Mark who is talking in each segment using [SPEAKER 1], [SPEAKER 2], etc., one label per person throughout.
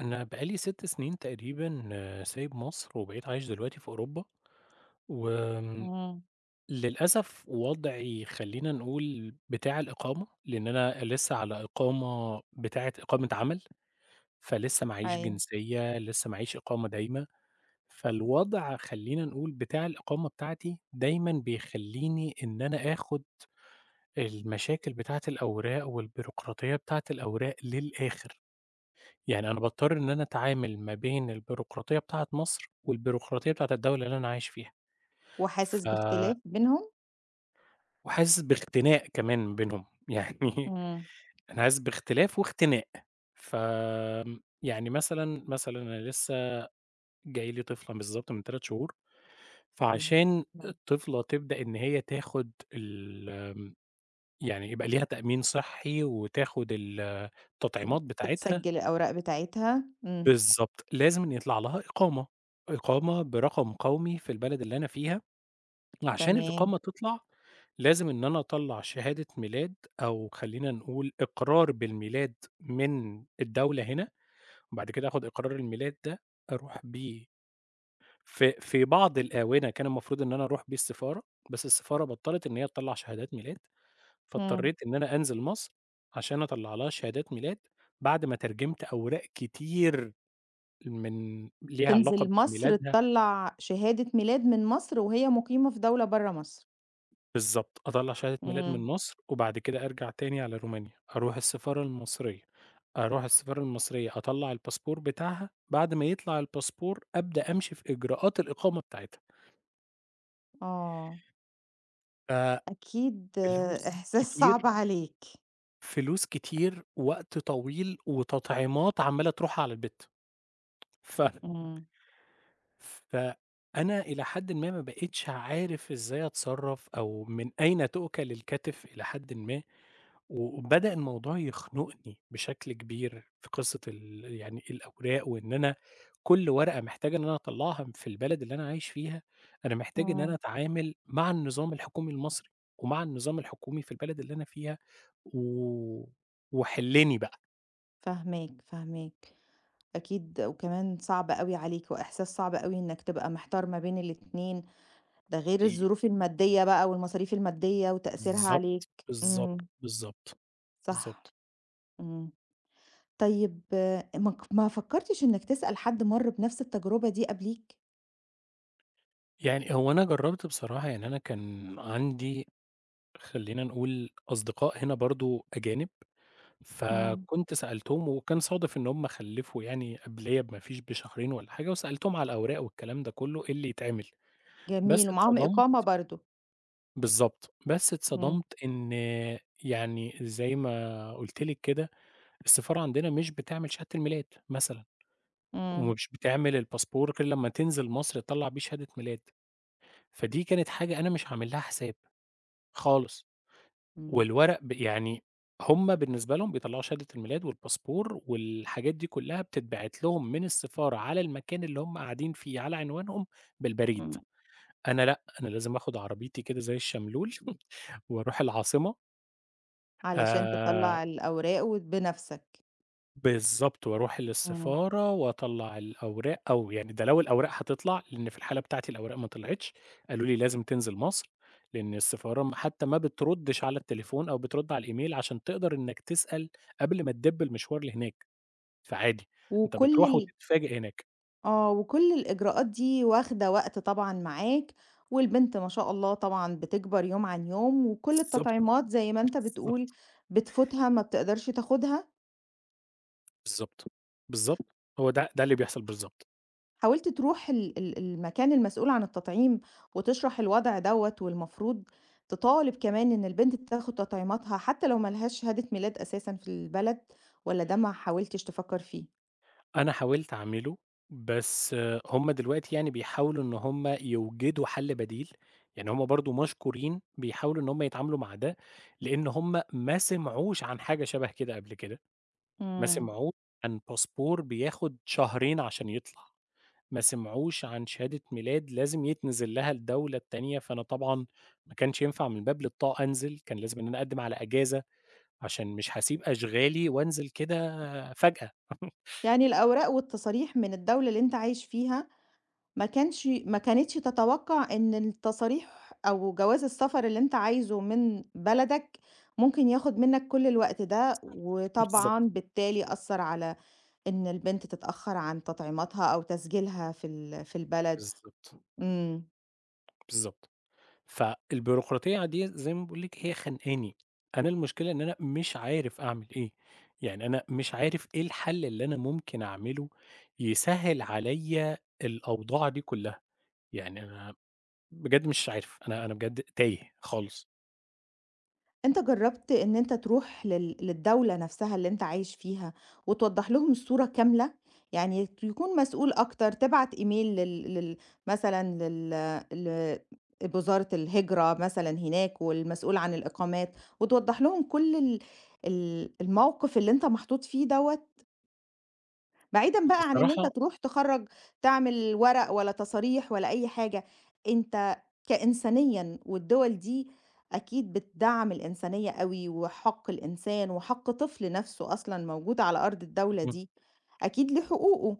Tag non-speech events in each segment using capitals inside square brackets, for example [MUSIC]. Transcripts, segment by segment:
[SPEAKER 1] أنا بقى لي 6 سنين تقريبًا سايب مصر، وبقيت عايش دلوقتي في أوروبا. وآمم
[SPEAKER 2] إمم،
[SPEAKER 1] للأسف وضعي خلّينا نقول بتاع الإقامة، لإن أنا لسه على إقامة بتاعة إقامة عمل، فلسه معييش
[SPEAKER 2] أيوه،
[SPEAKER 1] جنسية، لسه معييش إقامة دايمة. فالوضع خلّينا نقول بتاع الإقامة بتاعتي دايمًا بيخلّيني إن أنا آخُد المشاكل بتاعة الأوراق والبيروقراطية بتاعة الأوراق للآخر. يعني أنا باضطر إن أنا أتعامل ما بين البيروقراطية بتاعة مصر، والبيروقراطية بتاعة الدولة اللي أنا عايش فيها. ف
[SPEAKER 2] وحاسس باختلاف بينهم؟
[SPEAKER 1] وحاسس باختناق كمان بينهم، [LAUGHS] يعني
[SPEAKER 2] إمم.
[SPEAKER 1] أنا حاسس باختلاف واختناق. ف آمم، يعني مثلًا، أنا لسه جاي لي طفلة بالضبط من 3 شهور.
[SPEAKER 2] إمم.
[SPEAKER 1] فعشان الطفلة تبدأ إن هي تاخد ال آمم، يعني يبقى ليها تأمين صحّي وتاخد التطعيمات بتاعتها.
[SPEAKER 2] بتسجّل الأوراق بتاعتها، إمم،
[SPEAKER 1] بالضبط، لازم إن يطلع لها إقامة، إقامة برقم قومي في البلد اللي أنا فيها. وعشان
[SPEAKER 2] تمام،
[SPEAKER 1] الإقامة تطلع لازم إن أنا أطلّع شهادة ميلاد أو خلّينا نقول إقرار بالميلاد من الدولة هنا. وبعد كده آخُد إقرار الميلاد ده أروح بيه في بعض الآونة كان المفروض إن أنا أروح بيه السفارة، بس السفارة بطّلت إن هي تطلّع شهادات ميلاد.
[SPEAKER 2] إمم،
[SPEAKER 1] فاضطريت إن أنا أنزل مصر عشان أطلّع لها شهادات ميلاد، بعد ما ترجمت أوراق كتير من ليها علاقة
[SPEAKER 2] تنزل مصر
[SPEAKER 1] بميلادها.
[SPEAKER 2] تطلّع شهادة ميلاد من مصر وهي مقيمة في دولة برّه مصر،
[SPEAKER 1] بالضبط، أطلّع شهادة ميلاد من
[SPEAKER 2] إمم،
[SPEAKER 1] مصر، وبعد كده أرجع تاني على رومانيا، أروح السفارة المصرية. أروح السفارة المصرية أطلّع الباسبور بتاعها، بعد ما يطلع الباسبور أبدأ أمشي في إجراءات الإقامة بتاعتها.
[SPEAKER 2] آه، أكيد آه،
[SPEAKER 1] ففلوس
[SPEAKER 2] إحساس صعب
[SPEAKER 1] كتير،
[SPEAKER 2] عليك،
[SPEAKER 1] فلوس كتير، وقت طويل، وتطعيمات عمّالة تروح على البت. ف
[SPEAKER 2] إمم،
[SPEAKER 1] فأنا إلى حدٍ ما ما بقيتش عارف إزاي أتصرّف أو من أين تؤكل الكتف إلى حدٍ ما. وبدأ الموضوع يخنقني بشكل كبير في قصة ال يعني الأوراق، وإن أنا كل ورقة محتاج إن أنا أطلّعها في البلد اللي أنا عايش فيها. أنا محتاج إن أنا
[SPEAKER 2] إمم،
[SPEAKER 1] أتعامل مع النظام الحكومي المصري، ومع النظام الحكومي في البلد اللي أنا فيها. و وحلِّني بقى.
[SPEAKER 2] فاهماك، فاهماك، أكيد وكمان صعب أوي عليك وإحساس صعب أوي إنك تبقى محتار ما بين الاتنين ده غير
[SPEAKER 1] حقيقي.
[SPEAKER 2] الظروف المادية بقى والمصاريف المادية وتأثيرها عليك.
[SPEAKER 1] بالضبط، بالضبط،
[SPEAKER 2] إمم،
[SPEAKER 1] بالضبط،
[SPEAKER 2] صح،
[SPEAKER 1] بالضبط.
[SPEAKER 2] إمم. طيب آه، ما فكّرتش إنّك تسأل حد مَر بنفس التجربة دي قبليك؟
[SPEAKER 1] يعني هو أنا جرّبت بصراحة، يعني أنا كان عندي خلّينا نقول أصدقاء هنا برضه أجانب.
[SPEAKER 2] إمم،
[SPEAKER 1] فكنت سألتهم وكان صادف إن هم خلّفوا يعني قبليّا ما فيش بشهرين والّا حاجة، وسألتهم على الأوراق والكلام ده كلّه إيه اللي يتعمل.
[SPEAKER 2] جميل
[SPEAKER 1] بس
[SPEAKER 2] ومعاهم
[SPEAKER 1] اتصدمت.
[SPEAKER 2] إقامة برضه.
[SPEAKER 1] بالضبط، بس
[SPEAKER 2] إمم،
[SPEAKER 1] اتصدمت إن يعني زي ما قُلت لِك كده، السفارة عندنا مش بتعمل شهادة الميلاد مثلًا،
[SPEAKER 2] إمم،
[SPEAKER 1] ومش بتعمل الباسبور غير لمّا تنزل مصر تطلّع بيه شهادة ميلاد. فدي كانت حاجة أنا مش عامل لها حساب خالص.
[SPEAKER 2] إمم،
[SPEAKER 1] والورق ب يعني هُم بالنسبة لهم بيطلّعوا شهادة الميلاد والباسبور والحاجات دي كلّها بتتبعت لهم من السفارة على المكان اللي هُم قاعدين فيه على عنوانهم بالبريد.
[SPEAKER 2] إمم.
[SPEAKER 1] أنا لأ، أنا لازم آخُد عربيتي كده زي الشملول [LAUGHS] وأروح العاصمة.
[SPEAKER 2] علشان
[SPEAKER 1] آآ
[SPEAKER 2] تطلّع الأوراق بنفسك.
[SPEAKER 1] بالضبط، وأروح
[SPEAKER 2] إمم،
[SPEAKER 1] للسفارة وأطلّع الأوراق أو يعني ده لو الأوراق هتطلع، لإن في الحالة بتاعتي الأوراق ما طلعتش. قالوا لي لازم تنزل مصر، لإن السفارة حتى ما بتردش على التليفون أو بترد على الإيميل عشان تقدر إنك تسأل قبل ما تدِب المشوار لهناك. فعادي، أنت
[SPEAKER 2] وكل
[SPEAKER 1] بتروح
[SPEAKER 2] ال
[SPEAKER 1] وتتفاجئ هناك.
[SPEAKER 2] آه، وكل الإجراءات دي واخدة وقت طبعًا معاك، والبنت ما شاء الله طبعًا بتكبر يوم عن يوم، وكل
[SPEAKER 1] بالضبط،
[SPEAKER 2] التطعيمات زي ما أنت
[SPEAKER 1] بالضبط،
[SPEAKER 2] بتقول بتفوتها ما بتقدرش تاخدها،
[SPEAKER 1] بالضبط، بالضبط، هو ده اللي بيحصل بالضبط.
[SPEAKER 2] حاولت تروح ال ال المكان المسؤول عن التطعيم وتشرح الوضع دوّة، والمفروض تطالب كمان إن البنت تاخد تطعيماتها حتى لو ما لهاش شهادة ميلاد أساسًا في البلد، والّا ده ما حاولتش تفكر فيه؟
[SPEAKER 1] أنا حاولت أعمله، بس هُم دلوقتي يعني بيحاولوا إن هُم يوجدوا حل بديل، يعني هُم برضه مشكورين بيحاولوا إن هُم يتعاملوا مع ده، لإن هُم ما سمعوش عن حاجة شبه كده قبل كده. ما
[SPEAKER 2] إمم.
[SPEAKER 1] سمعوش عن باسبور بياخد شهرين عشان يطلع، ما سمعوش عن شهادة ميلاد لازم يتنزل لها الدولة التانية. فأنا طبعًا ما كانش ينفع من باب للطاقة أنزل، كان لازم إن أنا أقدم على إجازة، عشان مش هاسيب أشغالي وأنزل كده فجأة.
[SPEAKER 2] يعني الأوراق والتصاريح من الدولة اللي أنت عايش فيها ما كانتش تتوقع إن التصاريح أو جواز السفر اللي أنت عايزه من بلدك ممكن ياخد منك كل الوقت ده،
[SPEAKER 1] [LAUGHS] بالضبط،
[SPEAKER 2] وطبعًا بالتالي أثّر على إن البنت تتأخر عن تطعيماتها أو تسجيلها في البلد.
[SPEAKER 1] بالضبط،
[SPEAKER 2] إمم.
[SPEAKER 1] بالضبط. فالبيروقراطية دي زي ما باقول لِك هي خانقاني. أنا المشكلة إن أنا مش عارف أعمل إيه، يعني أنا مش عارف إيه الحل اللي أنا ممكن أعمله يسهّل عليَّ الأوضاع دي كلّها. يعني أنا بجد مش عارف، أنا بجد تايه خالص.
[SPEAKER 2] أنت جرّبت إن أنت تروح للدولة نفسها اللي أنت عايش فيها، وتوضّح لهم الصورة كاملة؟ يعني يكون مسؤول أكتر، تبعت إيميل لل لل مثلًا ل وزارة الهجرة مثلًا هناك والمسؤول عن الإقامات، وتوضّح لهم كل ال ال الموقف اللي أنت محطوط فيه دوّة؟ بعيدًا بقى عن إن أنت
[SPEAKER 1] بصراحة
[SPEAKER 2] تروح تعمل ورق ولا تصاريح ولا أي حاجة، أنت كإنسانيًا والدول دي أكيد بتدعّم الإنسانية أوي، وحق الإنسان وحق طفل نَفْسه أصلًا موجود على أرض الدولة
[SPEAKER 1] اهم،
[SPEAKER 2] دي، أكيد ليه حقوقه.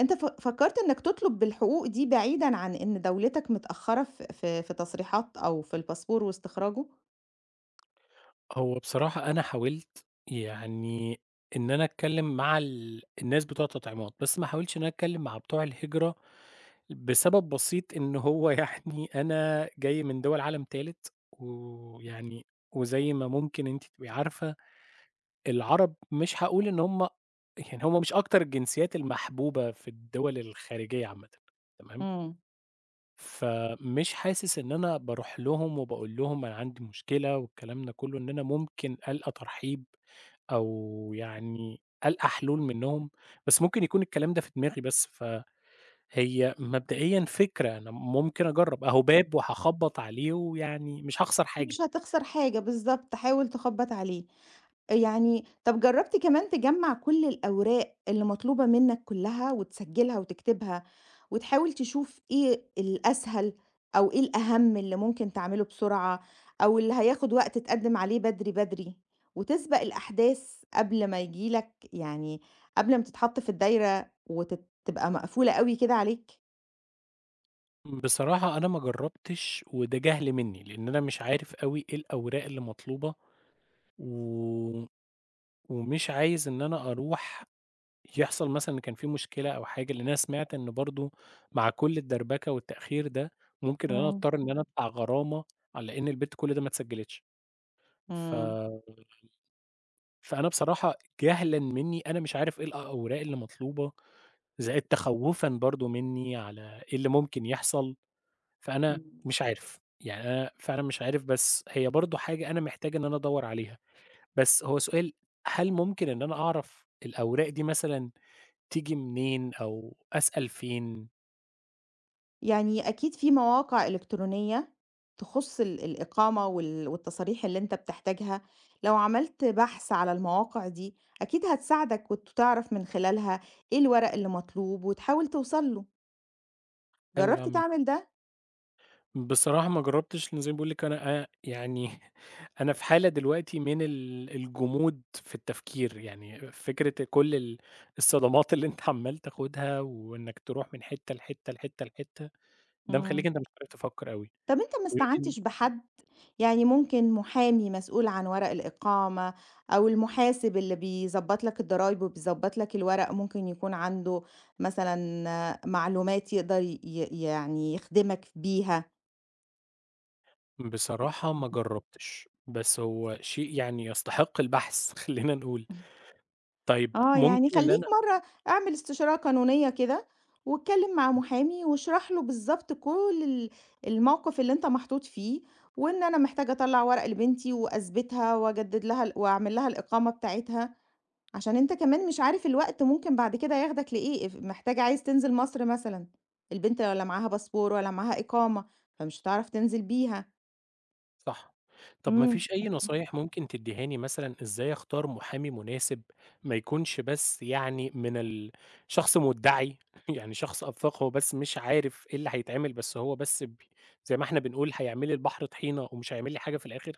[SPEAKER 2] أنت فكّرت إنّك تطلب بالحقوق دي بعيدًا عن إن دولتك متأخّرة ف في في تصريحات أو في الباسبور واستخراجه؟
[SPEAKER 1] هو بصراحة أنا حاولت يعني إن أنا أتكلّم مع الناس بتوع التطعيمات، بس ما حاولتش إن أنا أتكلّم مع بتوع الهجرة بسبب بسيط إن هو [LAUGHS] يعني أنا جاي من دول عالم تالت، ويعني وزي ما ممكن أنتِ تبقي عارفة العرب مش هاقول إن هم مش أكتر الجنسيات المحبوبة في الدول الخارجية عامةً، تمام؟
[SPEAKER 2] إمم.
[SPEAKER 1] فمش حاسس إن أنا باروح لهم وباقول لهم أنا عندي مشكلة والكلام ده كله، إن أنا ممكن ألقى ترحيب أو يعني ألقى حلول منهم. بس ممكن يكون الكلام ده في دماغي بس هي مبدئيًا فكرة، أنا ممكن أجرّب، أهو باب وهاخبّط عليه ويعني مش هاخسر حاجة.
[SPEAKER 2] مش هتخسر حاجة، بالضبط، حاول تخبّط عليه. يعني طب جرّبت كمان تجمّع كل الأوراق اللي مطلوبة منّك كلّها وتسجّلها وتكتبها، وتحاول تشوف إيه الأسهل أو إيه الأهم اللي ممكن تعمله بسرعة، أو اللي هياخد وقت تقدّم عليه بدري، بدري، وتسبق الأحداث قبل ما ييجي لك يعني قبل ما تتحط في الدايرة تبقى مقفولة أوي كده عليك.
[SPEAKER 1] بصراحة أنا ما جرّبتش وده جهل منّي، لإن أنا مش عارف أوي إيه الأوراق اللي مطلوبة. و ومش عايز إن أنا أروح يحصل مثلًا إن كان في مشكلة أو حاجة، لإن أنا سمعت إن برضه مع كل الدربكة والتأخير ده، ممكن إن أنا
[SPEAKER 2] إمم،
[SPEAKER 1] أضطر إن أنا أدفع غرامة على إن البت كل ده ما اتسجّلتش. ف
[SPEAKER 2] إمم،
[SPEAKER 1] فأنا بصراحة جهلًا منّي أنا مش عارف إيه الأوراق اللي مطلوبة، زائد تخوّفًا برضه منّي على إيه اللي ممكن يحصل. فأنا
[SPEAKER 2] إمم.
[SPEAKER 1] مش عارف، يعني أنا فعلًا مش عارف بس هي برضه حاجة أنا محتاج إن أنا أدوّر عليها. بس هو سؤال، هل ممكن إن أنا أعرف الأوراق دي مثلًا تيجي منين أو أسأل فين؟
[SPEAKER 2] يعني أكيد في مواقع إلكترونية تخُص الإقامة والتصاريح اللي أنت بتحتاجها، لو عملت بحث على المواقع دي، أكيد هتساعدك وتعرف من خلالها إيه الورق اللي مطلوب وتحاول توصل له،
[SPEAKER 1] أحاول
[SPEAKER 2] جرّبت
[SPEAKER 1] أعمل
[SPEAKER 2] تعمل ده؟
[SPEAKER 1] بصراحة ما جرّبتش، لإن زي ما باقول لِك أنا أ يعني [LAUGHS] أنا في حالة دلوقتي من الجمود في التفكير، يعني فكرة كل الصدمات اللي أنت عمّال تاخدها، وإنك تروح من حتّة لحتّة، لحتّة، لحتّة، ده مخلّيك
[SPEAKER 2] إمم.
[SPEAKER 1] أنت مش عارف تفكّر أوي.
[SPEAKER 2] طب أنت ما
[SPEAKER 1] ويمكن
[SPEAKER 2] استعنتش بحد؟ يعني ممكن محامي مسؤول عن ورق الإقامة أو المحاسب اللي بيضبّط لك الضرايب وبيضبّط لك الورق، ممكن يكون عنده مثلًا آه، معلومات يقدر ي ي يعني يخدمك بيها.
[SPEAKER 1] بصراحة ما جرّبتش، بس هو شيء يعني يستحق البحث [LAUGHS] خلّينا نقول. طيب
[SPEAKER 2] آه، يعني
[SPEAKER 1] ممكن إن
[SPEAKER 2] خلّيك
[SPEAKER 1] أنا
[SPEAKER 2] مرّة اعمل استشارة قانونية كده واتكلّم مع محامي واشرح له بالضبط كل الموقِف اللي أنت محطوط فيه، وإن أنا محتاجة أطلّع ورق لبنتي وأثبتها وأجدد لها وأعمل لها الإقامة بتاعتها. عشان أنت كمان مش عارف الوقت ممكن بعد كده ياخدك لإيه، اف محتاجة عايز تنزل مصر مثلًا، البنت ولا معاها باسبور ولا معاها إقامة، فمش هتعرف تنزل بيها.
[SPEAKER 1] صح. طب ما
[SPEAKER 2] إمم.
[SPEAKER 1] فيش أي نصايح ممكن تدّيهاني مثلًا إزاي أختار محامي مناسب، ما يكونش بس يعني من شخص مدّعي [LAUGHS] يعني شخص أفاق هو بس مش عارف إيه اللي هيتعمل، بس هو بس ب زي ما إحنا بنقول هيعمل لي البحر طحينة ومش هيعمل لي حاجة في الآخر؟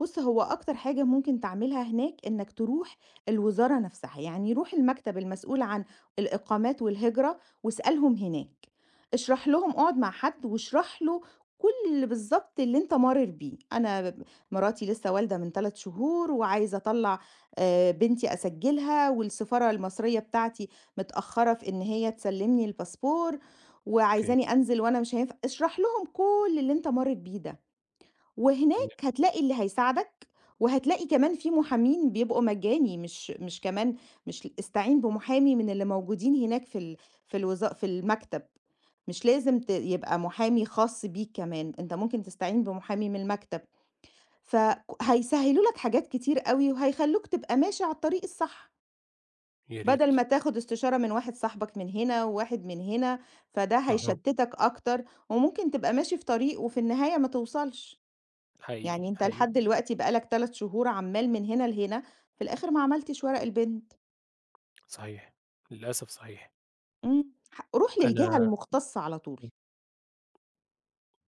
[SPEAKER 2] بُص، هو أكتر حاجة ممكن تعملها هناك إنك تروح الوزارة نفسها، يعني روح المكتب المسؤول عن الإقامات والهجرة واسألهم هناك، اشرح لهم اقعد مع حد واشرح له كل بالضبط اللي أنت مارِر بيه، أنا مراتي لسه والدة من 3 شهور وعايزة أطلّع بنتي أسجّلها والسفارة المصرية بتاعتي متأخّرة في إن هي تسلّمني الباسبور
[SPEAKER 1] أوكي،
[SPEAKER 2] وعايزاني أنزل وأنا مش هينفع اشرح لهم كل اللي أنت مارِر بيه ده.
[SPEAKER 1] تمام،
[SPEAKER 2] وهناك هتلاقي اللي هيساعدك، وهتلاقي كمان في محامين بيبقوا مجاني، مش مش كمان مش استعين بمحامي من اللي موجودين هناك في ال في الوزا في المكتب، مش لازم يبقى محامي خاص بيك كمان، أنت ممكن تستعين بمحامي من المكتب، هيسهّلوا لك حاجات كتير أوي، وهيخلّوك تبقى ماشي على الطريق الصح،
[SPEAKER 1] يا ريت.
[SPEAKER 2] بدل ما تاخد استشارة من واحد صاحبك من هنا، وواحد من هنا، فده
[SPEAKER 1] أها،
[SPEAKER 2] هيشتتك أكتر، وممكن تبقى ماشي في طريق وفي النهاية ما توصلش.
[SPEAKER 1] حقيقي،
[SPEAKER 2] يعني أنت
[SPEAKER 1] حقيقي،
[SPEAKER 2] لحد دلوقتي بقى لك 3 شهور عمّال من هنا لهنا، في الآخر ما عملتش ورق البنت،
[SPEAKER 1] صحيح، للأسف صحيح.
[SPEAKER 2] إمم، روح للجهة
[SPEAKER 1] أنا
[SPEAKER 2] المختصة على طول،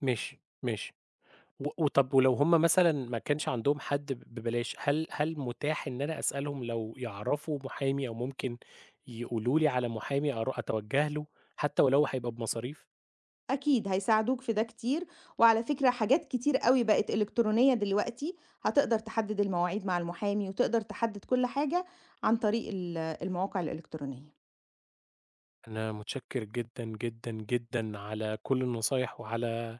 [SPEAKER 1] ماشي، ماشي. وطَب ولو هُم مثلًا ما كانش عندهم حد ببلاش، هل متاح إن أنا أسألهم لو يعرفوا محامي أو ممكن يقولوا لي على محامي أتوجّه له، حتى ولو هيبقى بمصاريف؟
[SPEAKER 2] أكيد هيساعدوك في ده كتير، وعلى فكرة حاجات كتير أوي بقت إلكترونية دلوقتي، هتقدر تحدد المواعيد مع المحامي، وتقدر تحدد كل حاجة عن طريق المواقع الإلكترونية.
[SPEAKER 1] أنا متشكّر جدًا، جدًا، جدًا على كل النصايح وعلى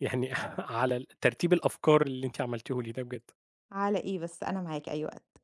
[SPEAKER 1] يعني [LAUGHS] على ترتيب الأفكار اللي أنتِ عملتيه لي ده بجد.
[SPEAKER 2] على إيه بس، أنا معاك أي وقت.